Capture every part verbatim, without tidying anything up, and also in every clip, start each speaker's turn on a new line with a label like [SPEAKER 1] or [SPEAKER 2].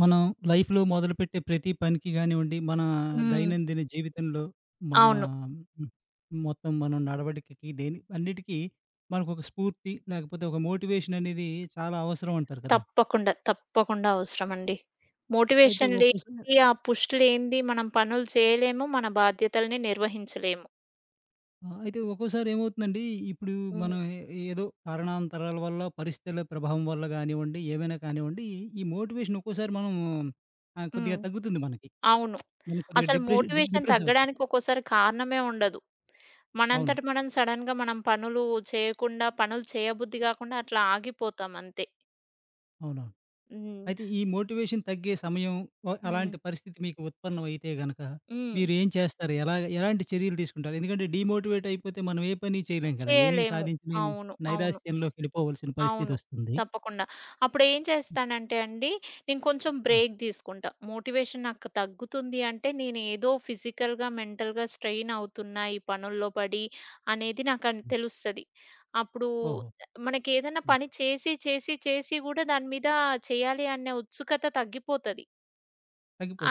[SPEAKER 1] మనం లైఫ్‌లో మొదలుపెట్టే ప్రతి పనికి గానివ్వండి, మన
[SPEAKER 2] హ్మ్.
[SPEAKER 1] దైనందిన జీవితంలో మన
[SPEAKER 2] అవును.
[SPEAKER 1] హ్మ్. మొత్తం మనం నడవడికకి దేని అన్నిటికీ మనకొక స్ఫూర్తి లేకపోతే ఒక మోటివేషన్ అనేది చాలా అవసరం అంటారు కదా!
[SPEAKER 2] తప్పకుండా. తప్పకుండా అవసరమండి.
[SPEAKER 1] అయితే
[SPEAKER 2] మోటివేషన్
[SPEAKER 1] ఒక్కోసారి
[SPEAKER 2] లేనిది, ఆ పుష్ లేనిది మనం పనులు చేయలేము. మన బాధ్యతల్ని నిర్వహించలేము.
[SPEAKER 1] ఆ! అయితే ఒక్కోసారి ఏమవుతుందండి, ఇప్పుడు
[SPEAKER 2] హ్మ్.
[SPEAKER 1] మనం ఏ ఏదో కారణాంతరాల వల్ల, పరిస్థితుల ప్రభావం వల్ల గానివ్వండి, ఏమైనా కానివ్వండి, ఈ మోటివేషన్ ఒక్కోసారి మనం ఆహ్, కొద్దిగా
[SPEAKER 2] హ్మ్.
[SPEAKER 1] తగ్గుతుంది మనకి.
[SPEAKER 2] అవును.
[SPEAKER 1] మనం కొద్దిగా
[SPEAKER 2] అసలు
[SPEAKER 1] డిప్రెషన్ డి
[SPEAKER 2] మోటివేషన్
[SPEAKER 1] డిప్రెస్ అవుతాం.
[SPEAKER 2] తగ్గడానికి ఒక్కోసారి కారణమే ఉండదు.
[SPEAKER 1] అవును.
[SPEAKER 2] మనంతట మనం సడెన్‌గా మనం పనులు చేయకుండా, పనులు చేయబుద్ధి గాకుండా అట్లా ఆగిపోతాం అంతే.
[SPEAKER 1] అవునవును.
[SPEAKER 2] హ్మ్.
[SPEAKER 1] అయితే ఈ మోటివేషన్ తగ్గే సమయం వ-
[SPEAKER 2] హ్మ్.
[SPEAKER 1] అలాంటి పరిస్థితి మీకు ఉత్పన్నం అయితే గనక
[SPEAKER 2] హ్మ్.
[SPEAKER 1] మీరు ఏం చేస్తారు? ఎలా ఎలాంటి చర్యలు తీసుకుంటారు? ఎందుకంటే డీమోటివేట్ అయిపోతే మనం ఏ పని చేయలేం కదా! ఏమీ
[SPEAKER 2] చేయలేము.
[SPEAKER 1] సాధించలేని
[SPEAKER 2] అవును. అవును.
[SPEAKER 1] నైరాశ్యంలోకి వెళ్ళిపోవలసిన పరిస్థితి
[SPEAKER 2] అవును.
[SPEAKER 1] వస్తుంది.
[SPEAKER 2] తప్పకుండా. అప్పుడేం
[SPEAKER 1] హ్మ్.
[SPEAKER 2] చేస్తానంటే అండి, నేను కొంచెం
[SPEAKER 1] ఆ!
[SPEAKER 2] బ్రేక్ తీసుకుంటా. మోటివేషన్ నాకు తగ్గుతుంది అంటే, నేనేదో ఫిజికల్‌గా, మెంటల్‌గా స్ట్రెయిన్ అవుతున్నా ఈ పనుల్లో పడి అనేది నాకన్
[SPEAKER 1] హ్మ్.
[SPEAKER 2] తెలుస్తది. అప్పుడు
[SPEAKER 1] ఓహో!
[SPEAKER 2] మనకేదైనా
[SPEAKER 1] హ్మ్.
[SPEAKER 2] పని చేసి, చేసి, చేసి గూడా దాని మీద చేయాలి అనే ఉత్సుకత తగ్గిపోతది.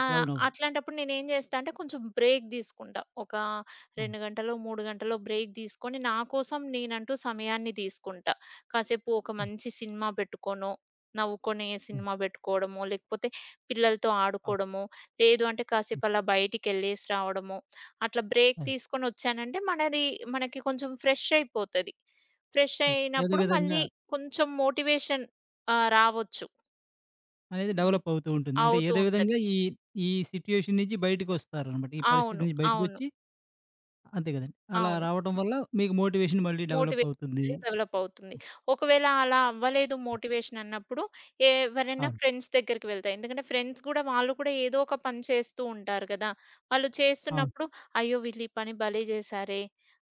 [SPEAKER 2] ఆ!
[SPEAKER 1] అవునవును.
[SPEAKER 2] అట్లాంటప్పుడు నేనేం జేస్తా అంటే కొంచెం బ్రేక్ దీసుకుంటా. ఒక
[SPEAKER 1] అవును.
[SPEAKER 2] రెండు గంటలో, మూడు గంటలో బ్రేక్ దీసుకొని నా కోసం నేనంటూ సమయాన్ని దీసుకుంటా. కాసేపు ఒక
[SPEAKER 1] అవును.
[SPEAKER 2] మంచి సినిమా బెట్టుకోనో, నవ్వుకునే
[SPEAKER 1] అవును.
[SPEAKER 2] సినిమా బెట్టుకోవడమో, లేకపోతే పిల్లలతో
[SPEAKER 1] అవును.
[SPEAKER 2] ఆడుకోవడమో, లేదు అంటే
[SPEAKER 1] హ్మ్.
[SPEAKER 2] కాసేపలా బయటికెళ్ళేసి రావడమో, అట్లా బ్రేక్
[SPEAKER 1] అదే.
[SPEAKER 2] తీసుకొనొచ్చానంటే మనది మనకి కొంచెం ఫ్రెష్ అయిపోతది. ఫ్రెష్
[SPEAKER 1] అదే. ఏదో
[SPEAKER 2] అయినప్పుడు
[SPEAKER 1] విధంగా
[SPEAKER 2] మళ్ళీ కొంచెం మోటివేషన్ ఆహ్, రావచ్చు.
[SPEAKER 1] అనేది
[SPEAKER 2] హ్మ్.
[SPEAKER 1] డెవలప్ అవుతూ ఉంటుంది. అంటే
[SPEAKER 2] అవుతూ
[SPEAKER 1] ఏదో
[SPEAKER 2] ఉంటది.
[SPEAKER 1] విధంగా ఈ ఈ సిట్యుయేషన్ నుంచి బయటికొస్తారనమాట. ఈ పరిస్థితి
[SPEAKER 2] అవును.
[SPEAKER 1] నుంచి
[SPEAKER 2] అవును.
[SPEAKER 1] బయటకొచ్చి అంతే కదండీ! అలా
[SPEAKER 2] అవును.
[SPEAKER 1] రావటం వల్ల మీకు మోటివేషన్ మళ్ళీ డెవలప్
[SPEAKER 2] మోటివేషన్
[SPEAKER 1] అవుతుంది.
[SPEAKER 2] అనేది డెవలప్ అవుతుంది. ఒకవేళ అలా అవ్వలేదు మోటివేషన్ అన్నప్పుడు ఎవరైనా
[SPEAKER 1] అవును.
[SPEAKER 2] ఫ్రెండ్స్ దగ్గరికి వెళ్తా. ఎందుకంటే ఫ్రెండ్స్ గూడా వాళ్ళు కూడా ఏదో ఒక పని చేస్తూ ఉంటారు గదా! వాళ్ళు
[SPEAKER 1] అవును.
[SPEAKER 2] చేస్తున్నప్పుడు అయ్యో! వీళ్ళు ఈ పని భలే చేశారే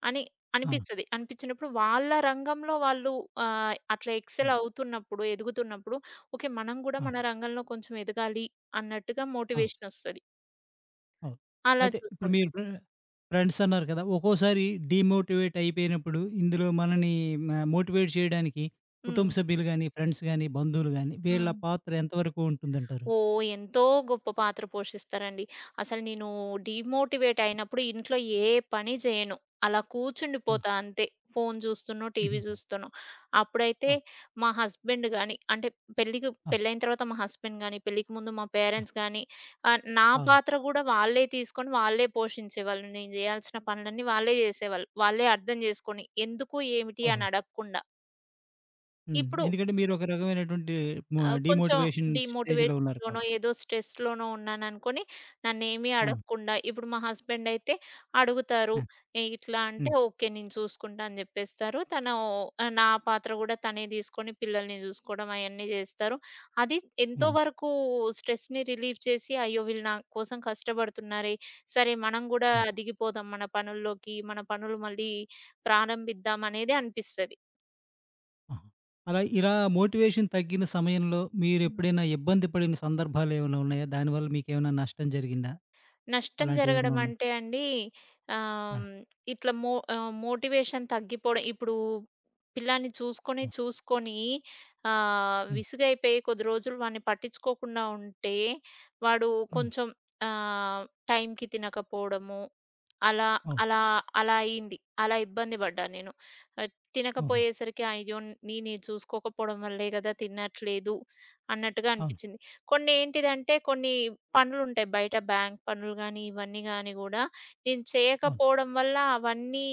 [SPEAKER 2] అని
[SPEAKER 1] ఆ!
[SPEAKER 2] అనిపిస్తది. అనిపించినప్పుడు వాళ్ళ రంగంలో వాళ్ళు ఆహ్, అట్లా
[SPEAKER 1] హ్మ్.
[SPEAKER 2] ఎక్సెల్ అవుతున్నప్పుడు, ఎదుగుతున్నప్పుడు ఓకే. మనం గూడా
[SPEAKER 1] అవును.
[SPEAKER 2] మన రంగంలో కొంచెం ఎదగాలి అన్నట్టుగా
[SPEAKER 1] ఆ!
[SPEAKER 2] మోటివేషన్ ఒస్తది.
[SPEAKER 1] అవును.
[SPEAKER 2] అలా
[SPEAKER 1] అయితే ఇప్పుడు
[SPEAKER 2] చూసుకుంటా.
[SPEAKER 1] మీరు ఫ్రె ఫ్రెండ్స్ అన్నారు కదా! ఒక్కోసారి డీమోటివేట్ అయిపోయినప్పుడు ఇందులో మనని మ మోటివేట్ చేయడానికి
[SPEAKER 2] హ్మ్.
[SPEAKER 1] కుటుంబ సభ్యులు గాని, ఫ్రెండ్స్ గాని, బంధువులు గాని వీళ్ళ
[SPEAKER 2] హ్మ్.
[SPEAKER 1] పాత్ర ఎంతవరకు ఉంటుందంటారు?
[SPEAKER 2] ఓహ్! ఎంతో గొప్ప పాత్ర పోషిస్తారండి. అసలు నేను డీమోటివేట్ అయినప్పుడు ఇంట్లో ఏ పని జేయను. అలా
[SPEAKER 1] హ్మ్.
[SPEAKER 2] కూర్చుండిపోతా అంతే. ఫోను జూస్తున్నో, టీవీ
[SPEAKER 1] హుహుహు.
[SPEAKER 2] జూస్తున్నో. అప్పుడైతే
[SPEAKER 1] అవును.
[SPEAKER 2] మా హస్బెండ్ గాని అంటే పెళ్ళికి
[SPEAKER 1] అవును.
[SPEAKER 2] పెళ్ళైన తర్వాత మా హస్బెండ్ గాని, పెళ్ళికి ముందు మా
[SPEAKER 1] ఆ!
[SPEAKER 2] పేరెంట్స్ గాని ఆహ్, నా
[SPEAKER 1] అవునండి.
[SPEAKER 2] పాత్ర గూడా వాళ్ళే తీసుకొని వాళ్ళే పోషించేవాళ్ళు. నేను జేయాల్సిన పనులన్నీ వాళ్ళే జేసేవాళ్ళు. వాళ్ళే అర్థం జేసుకొని ఎందుకు? ఏమిటి?
[SPEAKER 1] ఓహో!
[SPEAKER 2] అని అడగకుండా.
[SPEAKER 1] హ్మ్.
[SPEAKER 2] ఇప్పుడు
[SPEAKER 1] ఎందుకంటే మీరు ఒక రకమైనటువంటి మ
[SPEAKER 2] ఆ! కొంచెం
[SPEAKER 1] డీమోటివేషన్ స్టేజ్‌లో ఉన్నారు
[SPEAKER 2] డీమోటివేషన్‌లోనో,
[SPEAKER 1] కాబట్టి.
[SPEAKER 2] ఏదో స్ట్రెస్‌లోనో ఉన్నాననుకోని నన్నేమీ
[SPEAKER 1] అవును.
[SPEAKER 2] అడగకుండా ఇప్పుడు మా హస్బెండ్ అయితే అడుగుతారు.
[SPEAKER 1] ఆ!
[SPEAKER 2] "ఏ ఇట్లా అంటే
[SPEAKER 1] హ్మ్.
[SPEAKER 2] ఓకే. నేను చూసుకుంటా" అని జెప్పేస్తారు. తను ఆహ్, నా పాత్ర గూడా తనే తీసుకొని పిల్లల్ని చూసుకోవడం అయన్నీ జేస్తారు. అది ఎంతో
[SPEAKER 1] హుహు.
[SPEAKER 2] వరకు స్ట్రెస్‌ని రిలీవ్ చేసి, అయ్యో! వీళ్ళు నా కోసం కష్టపడుతున్నారే, సరే మనం గూడా
[SPEAKER 1] అవును.
[SPEAKER 2] దిగిపోదాం మన పనుల్లోకి, మన పనులు మళ్ళీ ప్రారంభిద్దాం అనేది అనిపిస్తది.
[SPEAKER 1] ఆహా! అలా ఇలా మోటివేషన్ తగ్గిన సమయంలో మీరెప్పుడైనా ఇబ్బంది పడిన సందర్భాలేమైనా ఉన్నాయా? దానివల్ల మీకేమైనా నష్టం జరిగిందా?
[SPEAKER 2] నష్టం
[SPEAKER 1] అలాంటివేమైనా
[SPEAKER 2] జరగడం
[SPEAKER 1] ఉన్నాయా?
[SPEAKER 2] అంటే అండి
[SPEAKER 1] ఆ!
[SPEAKER 2] ఆహ్, ఇట్లా మో ఆహ్, మోటివేషన్ తగ్గిపోవడం. ఇప్పుడు పిల్లాడిని చూసుకొని,
[SPEAKER 1] ఆ!
[SPEAKER 2] చూసుకొని ఆహ్,
[SPEAKER 1] హ్మ్.
[SPEAKER 2] విసుగైపోయి కొద్ది రోజులు వాడిని పట్టించుకోకుండా ఉంటే, వాడు
[SPEAKER 1] అవును.
[SPEAKER 2] కొంచెం ఆహ్, టైంకి తినకపోవడము, అలా,
[SPEAKER 1] అవును.
[SPEAKER 2] అలా, అలా అయింది. అలా ఇబ్బంది పడ్డా నేను. ఆహ్,
[SPEAKER 1] ఓహో!
[SPEAKER 2] తినకపోయేసరికి అయ్యో! నీ నేను ఇది చూసుకోకపోవడం వల్లే కదా తినట్లేదు అన్నట్టుగా
[SPEAKER 1] అవును.
[SPEAKER 2] అనిపించింది. కొన్ని ఏంటిదంటే కొన్ని పనులుంటాయి బయట బ్యాంక్ పనులు గానీ, ఇవన్నీ గానీ గూడా నేను
[SPEAKER 1] అవును.
[SPEAKER 2] చేయకపోవడం వల్ల అవన్నీ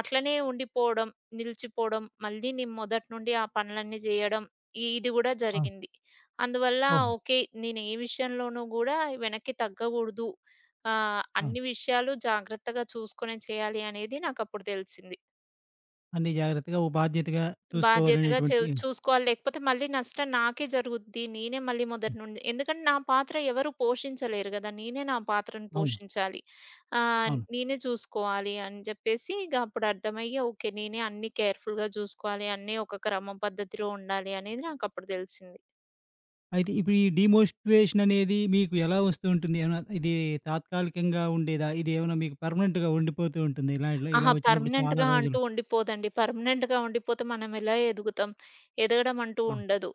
[SPEAKER 2] అట్లనే ఉండిపోవడం, నిలిచిపోవడం, మళ్ళీ నేను మొదటి నుండి ఆ పనులన్నీ జేయడం ఇ ఇది గూడా
[SPEAKER 1] అవును.
[SPEAKER 2] జరిగింది. అందువల్ల
[SPEAKER 1] ఓహో!
[SPEAKER 2] ఓకే. నేను ఏ విషయంలోనూ గూడా వెనక్కి తగ్గగూడదు. ఆహ్,
[SPEAKER 1] అవును.
[SPEAKER 2] అన్ని విషయాలు జాగ్రత్తగా చూసుకునే చేయాలి అనేది నాకప్పుడు తెలిసింది.
[SPEAKER 1] అన్నీ జాగ్రత్తగా ఓ బాధ్యతగా
[SPEAKER 2] బాధ్యతగా చూ
[SPEAKER 1] చూసుకోవాలనేటువంటివి
[SPEAKER 2] చూసుకోవాలి. లేకపోతే మళ్ళీ నష్టం నాకే జరుగుద్ది. నేనే మళ్ళీ
[SPEAKER 1] హ్మ్.
[SPEAKER 2] మొదటి నుండి ఎందుకంటే నా పాత్ర ఎవరు పోషించలేరు గదా! నేనే నా పాత్రను
[SPEAKER 1] అవును.
[SPEAKER 2] పోషించాలి. ఆహ్,
[SPEAKER 1] అవును.
[SPEAKER 2] నేనే చూసుకోవాలి అని జెప్పేసి ఇగ అప్పుడు అర్థమయ్యి ఓకే. నేనే అన్నీ కేర్‌ఫుల్‌గా జూసుకోవాలి. అన్నీ ఒక క్రమ పద్ధతిలో ఉండాలి అనేది నాకప్పుడు దెలిసింది.
[SPEAKER 1] అయితే ఇప్పుడు ఈ డీమోటివేషన్ అనేది మీకు ఎలా వస్తూ ఉంటుంది? ఏమైనా ఇది తాత్కాలికంగా ఉండేదా? ఇదేమైనా మీకు పర్మనెంట్‌గా ఉండిపోతూ ఉంటుంది. ఇలా ఇలా ఇలా
[SPEAKER 2] అహా!
[SPEAKER 1] వచ్చినప్పుడు చాలా
[SPEAKER 2] పర్మనెంట్‌గా
[SPEAKER 1] రోజులు.
[SPEAKER 2] అంటూ ఉండిపోదండి. పర్మనెంట్‌గా ఉండిపోతే మనమెలా ఎదుగుతాం? ఎదగడం అంటూ
[SPEAKER 1] అవును.
[SPEAKER 2] ఉండదు.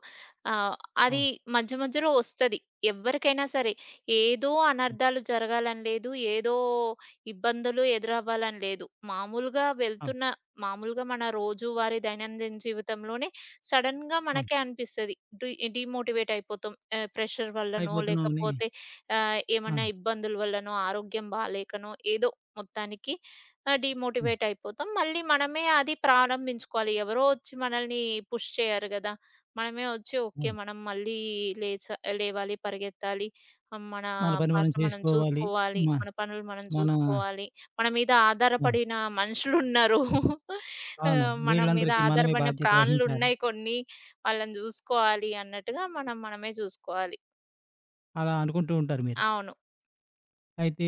[SPEAKER 2] ఆహ్, అది
[SPEAKER 1] అవును.
[SPEAKER 2] మధ్య మధ్యలో వస్తది. ఎవ్వరికైనా సరే. ఏదో
[SPEAKER 1] హ్మ్.
[SPEAKER 2] అనర్థాలు జరగాలని లేదు. ఏదో ఇబ్బందులు ఎదురవ్వాలని లేదు. మామూలుగా
[SPEAKER 1] అవును.
[SPEAKER 2] వెళ్తున్న మామూలుగా మన రోజువారీ దైనందిన జీవితంలోనే సడెన్‌గా
[SPEAKER 1] అవును.
[SPEAKER 2] మనకే అనిపిస్తది. డి డిమోటివేట్ అయిపోతాం. ఆహ్, ప్రెషర్ వల్లనో,
[SPEAKER 1] అయిపోతున్నామని
[SPEAKER 2] లేకపోతే ఆహ్,
[SPEAKER 1] ఆ!
[SPEAKER 2] ఏమన్నా ఇబ్బందుల వల్లనో, ఆరోగ్యం బాలేకనో, ఏదో మొత్తానికి ఆ!
[SPEAKER 1] హ్మ్.
[SPEAKER 2] డీమోటివేట్ అయిపోతాం. మళ్ళీ మనమే అది ప్రారంభించుకోవాలి. ఎవరో వచ్చి మనల్ని పుష్ చేయరు గదా! మనమే వచ్చి ఓకే.
[SPEAKER 1] అవును.
[SPEAKER 2] మనం మళ్ళీ లేచా లేవాలి, పరిగెత్తాలి. ఆహ్, మన
[SPEAKER 1] మన పని మనం
[SPEAKER 2] పాత్ర మనం
[SPEAKER 1] చేసుకోవాలి.
[SPEAKER 2] చూసుకోవాలి.
[SPEAKER 1] మ
[SPEAKER 2] మన పనులు మనం
[SPEAKER 1] మన
[SPEAKER 2] చూసుకోవాలి. మన మీద
[SPEAKER 1] అవును.
[SPEAKER 2] ఆధారపడిన మనుషులున్నారు. ఆహ్,
[SPEAKER 1] అవును.
[SPEAKER 2] మన మీద
[SPEAKER 1] వీళ్ళందరికీ మనమే
[SPEAKER 2] ఆధారపడిన
[SPEAKER 1] బాధ్యత వహించాలి.
[SPEAKER 2] ప్రాణాలున్నాయి కొన్ని. వాళ్ళని జూసుకోవాలి అన్నట్టుగా మనం మనమే జూసుకోవాలి.
[SPEAKER 1] అలా అనుకుంటూ ఉంటారు మీరు.
[SPEAKER 2] అవును.
[SPEAKER 1] అయితే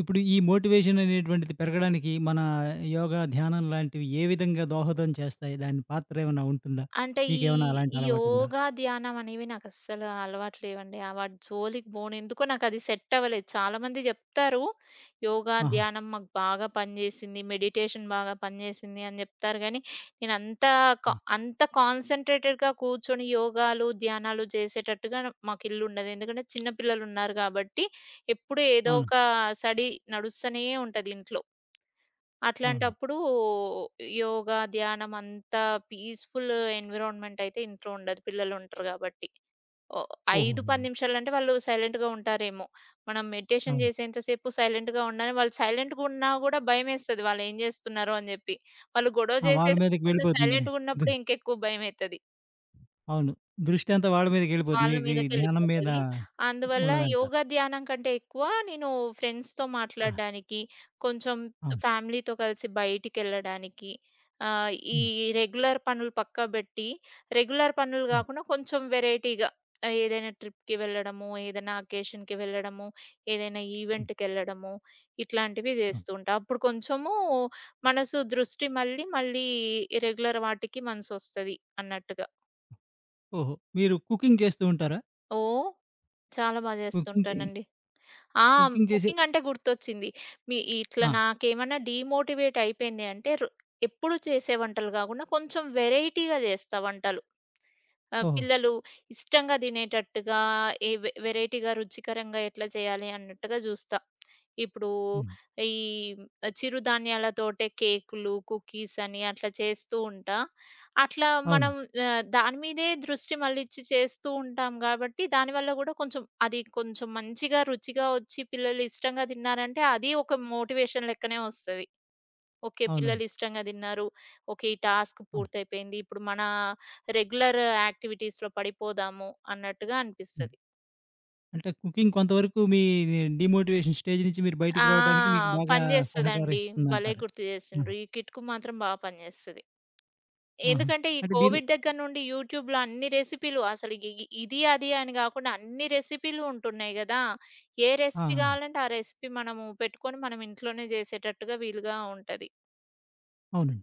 [SPEAKER 1] ఇప్పుడు ఈ మోటివేషన్ అనేటువంటిది పెరగడానికి మన యోగా, ధ్యానం లాంటివి ఏ విధంగా దోహదం చేస్తాయి? దాని పాత్ర ఏమైనా ఉంటుందా?
[SPEAKER 2] అంటే ఈ
[SPEAKER 1] మీకేమైనా అలాంటి
[SPEAKER 2] ఈ
[SPEAKER 1] అలవాటు ఉందా?
[SPEAKER 2] యోగా, ధ్యానం అనేవి నాకస్సలు అలవాటు లేవండి. ఆ వాటి జోలికి పోను. ఎందుకో నాకది సెట్ అవ్వలేదు. చాలామంది చెప్తారు, "యోగా,
[SPEAKER 1] ఆహా!
[SPEAKER 2] ధ్యానం మాకు బాగా పనిచేసింది. మెడిటేషన్ బాగా పనిచేసింది" అని చెప్తారు గానీ, నేనంత కా
[SPEAKER 1] ఆ!
[SPEAKER 2] అంత కాన్సంట్రేటెడ్‌గా కూర్చొని యోగాలు, ధ్యానాలు చేసేటట్టుగా మాకు ఇల్లుండదు. ఎందుకంటే చిన్న పిల్లలున్నారు కాబట్టి, ఎప్పుడూ ఏదో
[SPEAKER 1] అవును.
[SPEAKER 2] ఒక సడి నడుస్తూనే ఉంటది ఇంట్లో.
[SPEAKER 1] అవును.
[SPEAKER 2] అట్లాంటప్పుడు యోగా, ధ్యానం అంత పీస్‌ఫుల్ ఎన్విరాన్మెంట్ అయితే ఇంట్లో ఉండదు పిల్లలుంటరు గాబట్టి. ఓ ఐదు, పది
[SPEAKER 1] ఓహోహో!
[SPEAKER 2] నిమిషాలంటే వాళ్ళు సైలెంట్‌గా ఉంటారేమో. మనం మెడిటేషన్
[SPEAKER 1] అవును.
[SPEAKER 2] చేసేంత సేపు సైలెంట్‌గా ఉండని వాళ్ళు సైలెంట్‌గున్నా గూడా భయమేస్తది వాళ్ళేం జేస్తున్నారో అని జెప్పి. వాళ్ళు గొడవ
[SPEAKER 1] ఆ! వాళ్ళ మీదకి
[SPEAKER 2] చేసేదానికన్నా
[SPEAKER 1] వెళ్ళిపోతుంది. దు
[SPEAKER 2] సైలెంట్‌గున్నప్పుడే ఇంకెక్కువ భయమైతది.
[SPEAKER 1] అవును. దృష్టి అంతా వాళ్ళ మీదకెళ్ళిపోతుంది.
[SPEAKER 2] వాళ్ళ
[SPEAKER 1] మీకు ఈ ధ్యానం మీద
[SPEAKER 2] మీదకెళ్ళిపోతది. అందువల్ల
[SPEAKER 1] ఉండదంటారు.
[SPEAKER 2] యోగా, ధ్యానం కంటే ఎక్కువ నేను ఫ్రెండ్స్‌తో
[SPEAKER 1] ఆ!
[SPEAKER 2] మాట్లాడడానికి, కొంచెం
[SPEAKER 1] అవును.
[SPEAKER 2] ఫ్యామిలీతో కలిసి బయటికెళ్ళడానికి, ఆహ్, ఈ
[SPEAKER 1] హ్మ్.
[SPEAKER 2] రెగ్యులర్ పనులు పక్కబెట్టి, రెగ్యులర్ పనులు
[SPEAKER 1] అవును.
[SPEAKER 2] గాకుండా కొంచెం వెరైటీగా ఆహ్, ఏదైనా ట్రిప్‌కి వెళ్ళడము, ఏదైనా అకేషన్‌కి వెళ్ళడము, ఏదైనా
[SPEAKER 1] హ్మ్.
[SPEAKER 2] ఈవెంట్‌కెళ్ళడము, ఇట్లాంటివి
[SPEAKER 1] అవును.
[SPEAKER 2] జేస్తూ ఉంటా. అప్పుడు కొంచెము మనసు దృష్టి మళ్ళీ, మళ్ళీ రెగ్యులర్ వాటికి మనసొస్తది అన్నట్టుగా.
[SPEAKER 1] ఓహో! మీరు కుకింగ్ చేస్తూ ఉంటారా?
[SPEAKER 2] ఓహ్! చాలా బా
[SPEAKER 1] కుకింగ్ చే
[SPEAKER 2] జేస్తుంటానండి. ఆ!
[SPEAKER 1] కుకింగ్ చేసే
[SPEAKER 2] కుకింగ్ అంటే గుర్తొచ్చింది. మీ ఇట్లా
[SPEAKER 1] ఆ!
[SPEAKER 2] నాకేమన్నా డీమోటివేట్ అయిపోయింది అంటే, రొ ఎప్పుడు చేసే వంటలు గాకుండా కొంచెం వెరైటీగా చేస్తా వంటలు. ఆ!
[SPEAKER 1] ఓహో!
[SPEAKER 2] పిల్లలు ఇష్టంగా తినేటట్టుగా ఏ వె వెరైటీగా రుచికరంగా ఎట్లా చేయాలి అన్నట్టుగా జూస్తా. ఇప్పుడు
[SPEAKER 1] హ్మ్.
[SPEAKER 2] ఈ చిరుధాన్యాలతోటే కేకులు, కుకీస్ అని అట్లా చేస్తూ ఉంటా. అట్లా
[SPEAKER 1] అవును.
[SPEAKER 2] మనం ఆహ్, దాని మీదే దృష్టి మళ్ళిచ్చి చేస్తూ ఉంటాం గాబట్టి, దానివల్ల గూడా కొంచెం అది కొంచెం మంచిగా రుచిగా ఒచ్చి పిల్లలు ఇష్టంగా తిన్నారంటే అది ఒక మోటివేషన్ లెక్కనే ఒస్తది. ఓకే.
[SPEAKER 1] అవునవును.
[SPEAKER 2] పిల్లలు ఇష్టంగా తిన్నారు. ఓకే. ఈ టాస్క్
[SPEAKER 1] అవును.
[SPEAKER 2] పూర్తయిపోయింది. ఇప్పుడు మన రెగ్యులర్ యాక్టివిటీస్‌లో పడిపోదాము అన్నట్టుగా
[SPEAKER 1] హ్మ్.
[SPEAKER 2] అనిపిస్తది.
[SPEAKER 1] అంటే కుకింగ్ కొంతవరకు మీ డీమోటివేషన్ స్టేజ్ నుంచి మీరు బయటికి
[SPEAKER 2] ఆ!
[SPEAKER 1] రావడానికి మీకు బాగా
[SPEAKER 2] పని జేస్తదండి. భలే
[SPEAKER 1] సహకరిస్తుందంటారు.
[SPEAKER 2] గుర్తు
[SPEAKER 1] ఆహా!
[SPEAKER 2] జేసిండ్రు. ఈ కిట్‌కు మాత్రం బా పని జేస్తది.
[SPEAKER 1] ఆహా!
[SPEAKER 2] ఎందుకంటే ఈ
[SPEAKER 1] అంటే దీని
[SPEAKER 2] కోవిడ్ దగ్గర నుండి యూట్యూబ్‌లో అన్ని రెసిపీలు అసలు ఇ ఇ ఇది, అది అని గాకుండా అన్ని రెసిపీలు ఉంటున్నాయి గదా! ఏ
[SPEAKER 1] ఆ!
[SPEAKER 2] రెసిపీ గావాలంటే ఆ రెసిపీ మనము పెట్టుకొని మనం ఇంట్లోనే జేసేటట్టుగా వీలుగా ఉంటది.
[SPEAKER 1] అవునండి.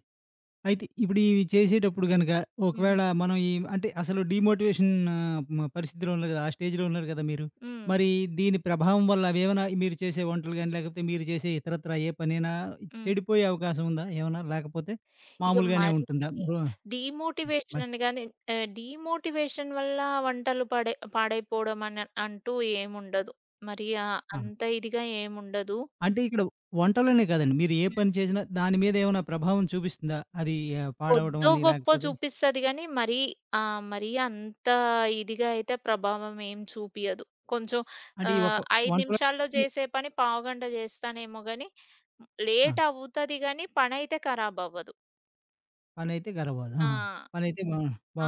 [SPEAKER 1] అయితే ఇప్పుడు ఇవి చేసేటప్పుడు గనక
[SPEAKER 2] హ్మ్.
[SPEAKER 1] ఒకవేళ మనం ఈ అంటే అసలు డీమోటివేషన్ ఆహ్, మ పరిస్థితిలో ఉన్నారు కదా! ఆ స్టేజ్‌లో ఉన్నారు కదా మీరు.
[SPEAKER 2] హ్మ్.
[SPEAKER 1] మరి దీని ప్రభావం వల్ల అవేమైనా మీరు చేసే వంటలు గాని, లేకపోతే మీరు చేసే ఇతరత్రా ఏ పనైనా
[SPEAKER 2] హ్మ్.
[SPEAKER 1] చెడిపోయే అవకాశం ఉందా ఏమన్నా? లేకపోతే
[SPEAKER 2] ఇక
[SPEAKER 1] మామూలుగానే
[SPEAKER 2] మరీ
[SPEAKER 1] ఉంటుందా? రో మ
[SPEAKER 2] డీమోటివేషన్ అని గాని ఆహ్, డీమోటివేషన్ వల్ల వంటలు పడే పాడైపోవడం అని అంటూ ఏముండదు. మరి ఆహ్,
[SPEAKER 1] ఆ!
[SPEAKER 2] అంత ఇదిగా ఏముండదు.
[SPEAKER 1] అంటే ఇక్కడ వంటలోనే కాదండి. మీరు ఏ
[SPEAKER 2] హ్మ్.
[SPEAKER 1] పని చేసినా దాని మీద ఏమైనా ప్రభావం చూపిస్తుందా? అది ఆహ్, పాడవడం
[SPEAKER 2] కొద్దో
[SPEAKER 1] అని
[SPEAKER 2] గొప్పో
[SPEAKER 1] లేకపోతే
[SPEAKER 2] చూపిస్తది గానీ, మరీ ఆహ్, మరీ అంత ఇదిగా అయితే ప్రభావం ఏం చూపియదు. కొంచెం
[SPEAKER 1] అంటే ఈ ఒక
[SPEAKER 2] ఆహ్, ఐదు
[SPEAKER 1] వంటలో
[SPEAKER 2] నిమిషాల్లో చేసే పని పావుగంట చేస్తానేమో గానీ,
[SPEAKER 1] ఆ!
[SPEAKER 2] లేట్ అవుతది గానీ, పనైతే ఖరాబవ్వదు.
[SPEAKER 1] పనైతే గరబాదు.
[SPEAKER 2] ఆ!
[SPEAKER 1] ఆహా! పనైతే బా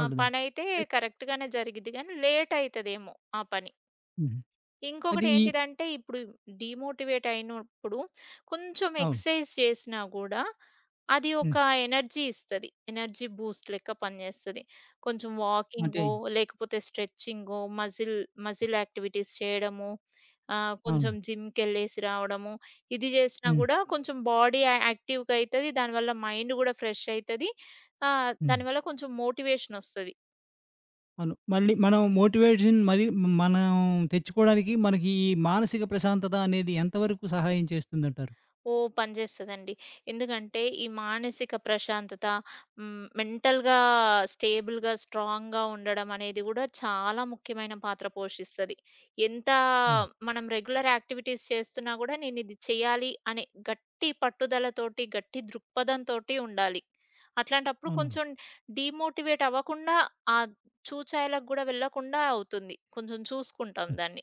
[SPEAKER 2] ఆ పనైతే
[SPEAKER 1] అయి
[SPEAKER 2] కరెక్ట్‌గానే జరిగిద్ది గానీ, లేట్ అయితదేమో ఆ పని.
[SPEAKER 1] హ్మ్. అది ఈ
[SPEAKER 2] ఇంకొకటేంటిదంటే, ఇప్పుడు డీమోటివేట్ అయినప్పుడు కొంచెం
[SPEAKER 1] అవును.
[SPEAKER 2] ఎక్సర్‌సైజ్ చేసినా గూడా, అది
[SPEAKER 1] హ్మ్.
[SPEAKER 2] ఒక ఎనర్జీ ఇస్తది. ఎనర్జీ బూస్ట్ లెక్క పనిజేస్తది. కొంచెం
[SPEAKER 1] అంటే
[SPEAKER 2] వాకింగో, లేకపోతే స్ట్రెచింగో, మజిల్ మజిల్ యాక్టివిటీస్ చేయడము, ఆహ్,
[SPEAKER 1] అవును.
[SPEAKER 2] కొంచెం జిమ్‌కెళ్ళేసి రావడము, ఇది జేసినా
[SPEAKER 1] హ్మ్.
[SPEAKER 2] గూడా కొంచెం బాడీ యా యాక్టివ్‌గా అయితది. దానివల్ల మైండ్ గూడా ఫ్రెష్ అయితది. ఆహ్,
[SPEAKER 1] హ్మ్.
[SPEAKER 2] దానివల్ల కొంచెం మోటివేషనొస్తది.
[SPEAKER 1] అవును. మళ్ళీ మనం మోటివేషన్ మరి మనం తెచ్చుకోవడానికి మనకి ఈ మానసిక ప్రశాంతత అనేది ఎంతవరకు సహాయం చేస్తుందంటారు?
[SPEAKER 2] ఓహ్! పనిచేస్తదండి. ఎందుకంటే ఈ మానసిక ప్రశాంతత, హ్మ్, మెంటల్‌గా స్టేబుల్‌గా, స్ట్రాంగ్‌గా ఉండడం అనేది గూడా చాలా ముఖ్యమైన పాత్ర పోషిస్తది. ఎంత
[SPEAKER 1] అవును.
[SPEAKER 2] మనం రెగ్యులర్ యాక్టివిటీస్ చేస్తున్నా గూడా నేనిది చేయాలి అనే గట్టి పట్టుదలతోటి, గట్టి దృక్పథంతోటి ఉండాలి. అట్లాంటప్పుడు
[SPEAKER 1] అవునవును.
[SPEAKER 2] కొంచెం డీమోటివేట్ అవ్వకుండా ఆ చూచాయలకు గూడా వెళ్ళకుండా అవుతుంది. కొంచెం చూసుకుంటాం దాన్ని.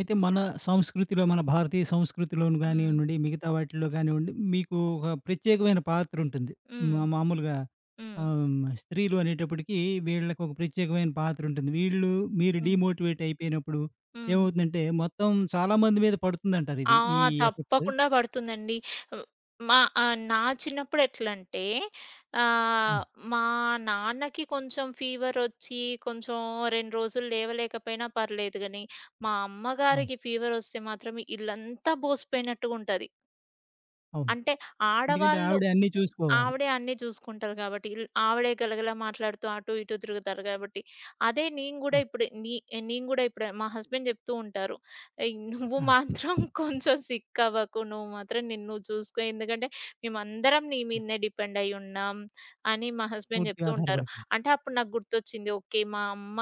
[SPEAKER 1] అయితే మన సంస్కృతిలో, మన భారతీయ సంస్కృతిలోను
[SPEAKER 2] హ్మ్.
[SPEAKER 1] గానివ్వండి, మిగతా వాటిల్లో గానివ్వండి, మీకు ఒక ప్రత్యేకమైన పాత్రుంటుంది.
[SPEAKER 2] హ్మ్.
[SPEAKER 1] మా మామూలుగా
[SPEAKER 2] హ్మ్.
[SPEAKER 1] ఆహ్, స్త్రీలు అనేటప్పటికి వీళ్ళకి ఒక ప్రత్యేకమైన పాత్రుంటుంది. వీళ్ళు మీరు
[SPEAKER 2] హ్మ్.
[SPEAKER 1] డీమోటివేట్ అయిపోయినప్పుడు
[SPEAKER 2] హ్మ్.
[SPEAKER 1] ఏమవుతుందంటే, మొత్తం చాలా మంది మీద పడుతుందంటారు
[SPEAKER 2] ఆ!
[SPEAKER 1] ఇది. ఈ ఎఫెక్ట్.
[SPEAKER 2] తప్పకుండా పడుతుందండి. హ్మ్. మా ఆహ్, నా చిన్నప్పుడు ఎట్లంటే
[SPEAKER 1] ఆ!
[SPEAKER 2] ఆహ్, మా నాన్నకి కొంచెం ఫీవరొచ్చి కొంచెం రెండు రోజులు లేవలేకపోయినా పర్లేదు గానీ, మా
[SPEAKER 1] అవును.
[SPEAKER 2] అమ్మగారికి ఫీవరొస్తే మాత్రం ఇల్లంతా బోసిపోయినట్టుగుంటది.
[SPEAKER 1] అవును.
[SPEAKER 2] అంటే
[SPEAKER 1] ఎందుకంటే
[SPEAKER 2] ఆడవాళ్ళు
[SPEAKER 1] ఆవిడే అన్నీ చూసుకోవాలి.
[SPEAKER 2] ఆవిడే అన్నీ చూసుకుంటారు కాబట్టి, ఇల్ ఆవిడే గలగల మాట్లాడుతూ అటు ఇటు తిరుగుతారు కాబట్టి. అదే నేను
[SPEAKER 1] ఆ!
[SPEAKER 2] గూడా ఇప్పుడు నీ నేను గూడా ఇప్పుడు మా హస్బెండ్ చెప్తూ ఉంటారు. "ఏయ్! నువ్వు
[SPEAKER 1] ఆ!
[SPEAKER 2] మాత్రం కొంచెం సిక్ అవ్వకు. నువ్వు మాత్రం నిన్ను చూసుకో. ఎందుకంటే మేమందరం నీ మీదనే డిపెండ్ అయ్యి ఉన్నాం" అని మా హస్బెండ్
[SPEAKER 1] పూర్తిగా
[SPEAKER 2] చెప్తూ ఉంటారు.
[SPEAKER 1] ఆధారపడిపోయారు.
[SPEAKER 2] అంటే అప్పుడు నాకు గుర్తొచ్చింది. ఓకే. మా అమ్మ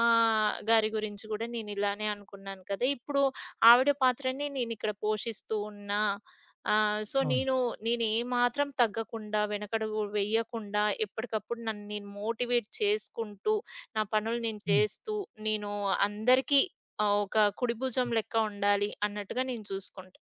[SPEAKER 2] గారి గురించి గూడా నేను ఇలానే అనుకున్నాను కదా! ఇప్పుడు ఆవిడ పాత్రనే నేనిక్కడ పోషిస్తూ ఉన్నా ఆ! సో,
[SPEAKER 1] అవును.
[SPEAKER 2] నేను నేనేమాత్రం తగ్గకుండా, వెనకడుగు వెయ్యకుండా, ఎప్పటికప్పుడు నన్ను నేను మోటివేట్ చేసుకుంటూ, నా పనులు నేను
[SPEAKER 1] హ్మ్.
[SPEAKER 2] చేస్తూ, నేను అందరికీ ఆహ్, ఒక కుడి భుజం లెక్క ఉండాలి అన్నట్టుగా నేను చూసుకుంటా.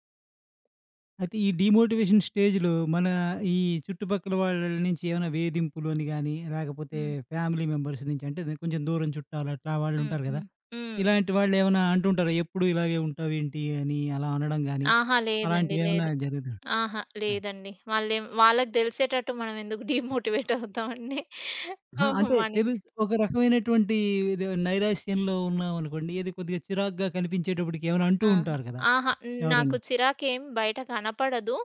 [SPEAKER 1] అయితే ఈ డీమోటివేషన్ స్టేజ్‌లో మన ఈ చుట్టుపక్కల వాళ్ళ నుంచి ఏమైనా వేధింపులు అని గాని, లేకపోతే
[SPEAKER 2] హ్మ్.
[SPEAKER 1] ఫ్యామిలీ మెంబర్స్ నుంచి అంటే ద కొంచెం దూరం చుట్టాలు అట్లా వాళ్ళు
[SPEAKER 2] హ్మ్.
[SPEAKER 1] ఉంటారు కదా!
[SPEAKER 2] హ్మ్. హ్మ్.
[SPEAKER 1] ఇలాంటి వాళ్ళు ఏమైనా అంటుంటారా? ఎప్పుడు ఇలాగే ఉంటావేంటి అని అలా అనడం గాని,
[SPEAKER 2] అహా! లేదండి.
[SPEAKER 1] అలాంటివి ఏమైనా
[SPEAKER 2] లేదు.
[SPEAKER 1] జరుగుతుం
[SPEAKER 2] అహా!
[SPEAKER 1] ఆ!
[SPEAKER 2] లేదండి. వాళ్ళేం వాళ్ళకి తెలిసేటట్టు మనం ఎందుకు డీమోటివేట్ అవుతామండి.
[SPEAKER 1] అహా!
[SPEAKER 2] ఓహో!
[SPEAKER 1] అంటే
[SPEAKER 2] మన
[SPEAKER 1] తెలుసు ఒక రకమైనటువంటి ఇది నైరాశ్యంలో ఉన్నామనుకోండి, ఏది కొద్దిగా చిరాకుగా కనిపించేటప్పటికి ఏమైనా అంటూ
[SPEAKER 2] ఆహా!
[SPEAKER 1] ఉంటారు కదా!
[SPEAKER 2] ఆహా! నాకు
[SPEAKER 1] ఎవరైనా.
[SPEAKER 2] చిరాకేం బయట కనపడదు.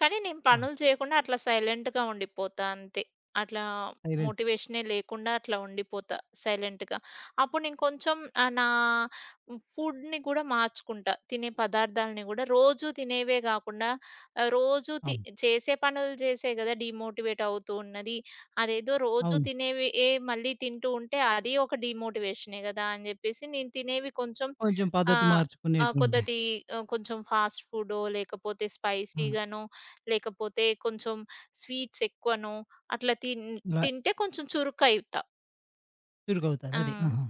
[SPEAKER 2] కానీ నేను
[SPEAKER 1] ఆ!
[SPEAKER 2] పనులు చేయకుండా అట్లా సైలెంట్‌గా ఉండిపోతా అంతే. అట్లా
[SPEAKER 1] సైలెంట్
[SPEAKER 2] మోటివేషనే లేకుండా అట్లా ఉండిపోతా సైలెంట్‌గా. అప్పుడు నేను కొంచెం ఆహ్, నా ఫుడ్‌ని కూడా మార్చుకుంటా. తినే పదార్థాలని గూడా రోజు తినేవే గాకుండా ఆహ్, రోజు తి
[SPEAKER 1] అవును.
[SPEAKER 2] చేసే పనులు చేసే గదా! డీమోటివేట్ అవుతూ ఉన్నది. అదేదో రోజు
[SPEAKER 1] అవును.
[SPEAKER 2] తినేవి ఏ మళ్ళీ తింటూ ఉంటే అది ఒక డీమోటివేషనే గదా! అని జెప్పేసి నేను తినేవి కొంచెం
[SPEAKER 1] కొంచెం
[SPEAKER 2] ఆ!
[SPEAKER 1] పద్ధతి
[SPEAKER 2] ఆ!
[SPEAKER 1] మార్చుకునేటువంటి.
[SPEAKER 2] కొద్దది ఆహ్, కొంచెం ఫాస్ట్ ఫుడో, లేకపోతే
[SPEAKER 1] ఆ!
[SPEAKER 2] స్పైసీగానో, లేకపోతే కొంచెం స్వీట్స్ ఎక్కువనో, అట్లా తిన్
[SPEAKER 1] ఇలా
[SPEAKER 2] తింటే కొంచెం చురుకయితా.
[SPEAKER 1] చురుకవుతారు.
[SPEAKER 2] ఆ!
[SPEAKER 1] అదే. ఆహా!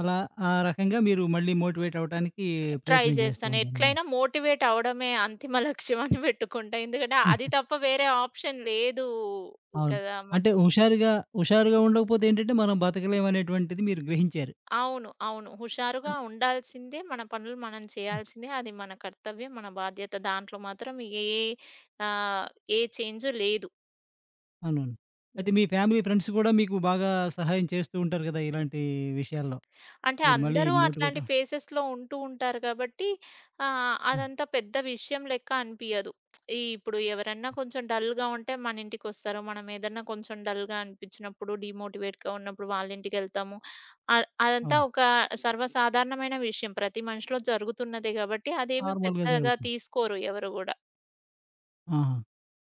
[SPEAKER 1] అలా ఆ రకంగా మీరు మళ్ళీ మోటివేట్ అవ్వటానికి
[SPEAKER 2] ట్రై
[SPEAKER 1] ప్రయత్నం చేస్తూ
[SPEAKER 2] చేస్తాను.
[SPEAKER 1] ఉంటారు.
[SPEAKER 2] ఎట్లైనా మోటివేట్ అవ్వడమే అంతిమ లక్ష్యం అని పెట్టుకుంటా. ఎందుకంటే అది తప్ప వేరే ఆప్షన్ లేదు
[SPEAKER 1] అవును.
[SPEAKER 2] కదా
[SPEAKER 1] అంటే
[SPEAKER 2] మాకు.
[SPEAKER 1] హుషారుగా హుషారుగా ఉండకపోతే ఏంటంటే మనం బతకలేమనేటువంటిది మీరు గ్రహించారు.
[SPEAKER 2] అవును. అవును. హుషారుగా
[SPEAKER 1] అన్
[SPEAKER 2] ఉండాల్సిందే. మన పనులు మనం చేయాల్సిందే. అది మన కర్తవ్యం, మన బాధ్యత. దాంట్లో మాత్రం ఏ ఆహ్, ఏ చేంజ్ లేదు.
[SPEAKER 1] అవునవును. అయితే మీ ఫ్యామిలీ, ఫ్రెండ్స్ కూడా మీకు బాగా సహాయం చేస్తూ ఉంటారు కదా! ఇలాంటి విషయాల్లో.
[SPEAKER 2] అంటే
[SPEAKER 1] మీరు మళ్ళీ
[SPEAKER 2] అందరూ
[SPEAKER 1] మోటివేట్
[SPEAKER 2] అట్లాంటి
[SPEAKER 1] అవ్
[SPEAKER 2] ఫేసెస్‌లో ఉంటూ ఉంటారు కాబట్టి ఆహ్,
[SPEAKER 1] ఆ!
[SPEAKER 2] అదంతా పెద్ద విషయం లెక్క అనిపియదు. ఈ ఇప్పుడు ఎవరన్నా కొంచెం డల్‌గా ఉంటే మన ఇంటికొస్తారు. మనం ఏదన్నా కొంచెం డల్‌గా అనిపించినప్పుడు, డీమోటివేట్‌గా ఉన్నప్పుడు వాళ్ళ ఇంటికెళ్తాము. అ అదంతా
[SPEAKER 1] అవును.
[SPEAKER 2] ఒక సర్వసాధారణమైన విషయం. ప్రతి మనిషిలో జరుగుతున్నదే కాబట్టి అదేమి
[SPEAKER 1] నార్మల్‌గా
[SPEAKER 2] పెద్దగా
[SPEAKER 1] జరుగుతుంది.
[SPEAKER 2] తీసుకోరు ఎవరు గూడా.
[SPEAKER 1] ఆహా!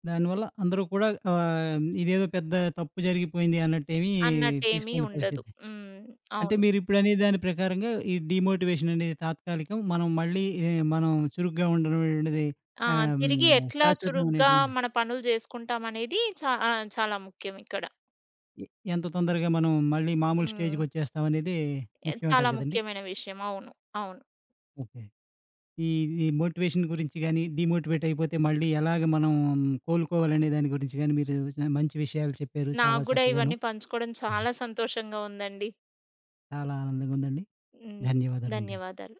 [SPEAKER 1] దానివల్ల అందరూ కూడా ఆహ్, ఇదేదో పెద్ద తప్పు జరిగిపోయింది అన్నట్టేమి
[SPEAKER 2] అన్నట్టేమీ
[SPEAKER 1] తీసుకోని
[SPEAKER 2] ఉండదు.
[SPEAKER 1] పరిస్థితి.
[SPEAKER 2] హ్మ్.
[SPEAKER 1] అంటే
[SPEAKER 2] అవును.
[SPEAKER 1] మీరిప్పుడనే దాని ప్రకారంగా ఈ డీమోటివేషన్ అనేది తాత్కాలికం. మనం మళ్ళీ ఏ మనం చురుగ్గా ఉండడం అనేది
[SPEAKER 2] ఆ!
[SPEAKER 1] ఆహ్,
[SPEAKER 2] తిరిగి
[SPEAKER 1] హ్మ్.
[SPEAKER 2] ఎట్లా చురుగ్గా
[SPEAKER 1] శాశ్వతమైనటువంటి
[SPEAKER 2] మన పనులు జేసుకుంటామనేది చా ఆహ్, చాలా ముఖ్యం ఇక్కడ.
[SPEAKER 1] ఎ ఎంత తొందరగా మనం మళ్ళీ మామూలు
[SPEAKER 2] హ్మ్.
[SPEAKER 1] స్టేజ్‌కొచ్చేస్తామనేది
[SPEAKER 2] ఎ
[SPEAKER 1] ముఖ్యం
[SPEAKER 2] చాలా
[SPEAKER 1] అంటారు గదండీ!
[SPEAKER 2] ముఖ్యమైన విషయం. అవును. అవును.
[SPEAKER 1] ఓకే. ఈ ఈ మోటివేషన్ గురించి గానీ, డీమోటివేట్ అయిపోతే మళ్ళీ ఎలాగ మనం కోలుకోవాలనే దాని గురించి గానీ, మీరు చ మంచి విషయాలు చెప్పారు చాలా
[SPEAKER 2] నాకు గూడా
[SPEAKER 1] చక్కగాను.
[SPEAKER 2] ఇవన్నీ పంచుకోవడం చాలా సంతోషంగా ఉందండి.
[SPEAKER 1] చాలా ఆనందంగా ఉందండి.
[SPEAKER 2] హ్మ్.
[SPEAKER 1] ధన్యవాదాలండి.
[SPEAKER 2] ధన్యవాదాలు.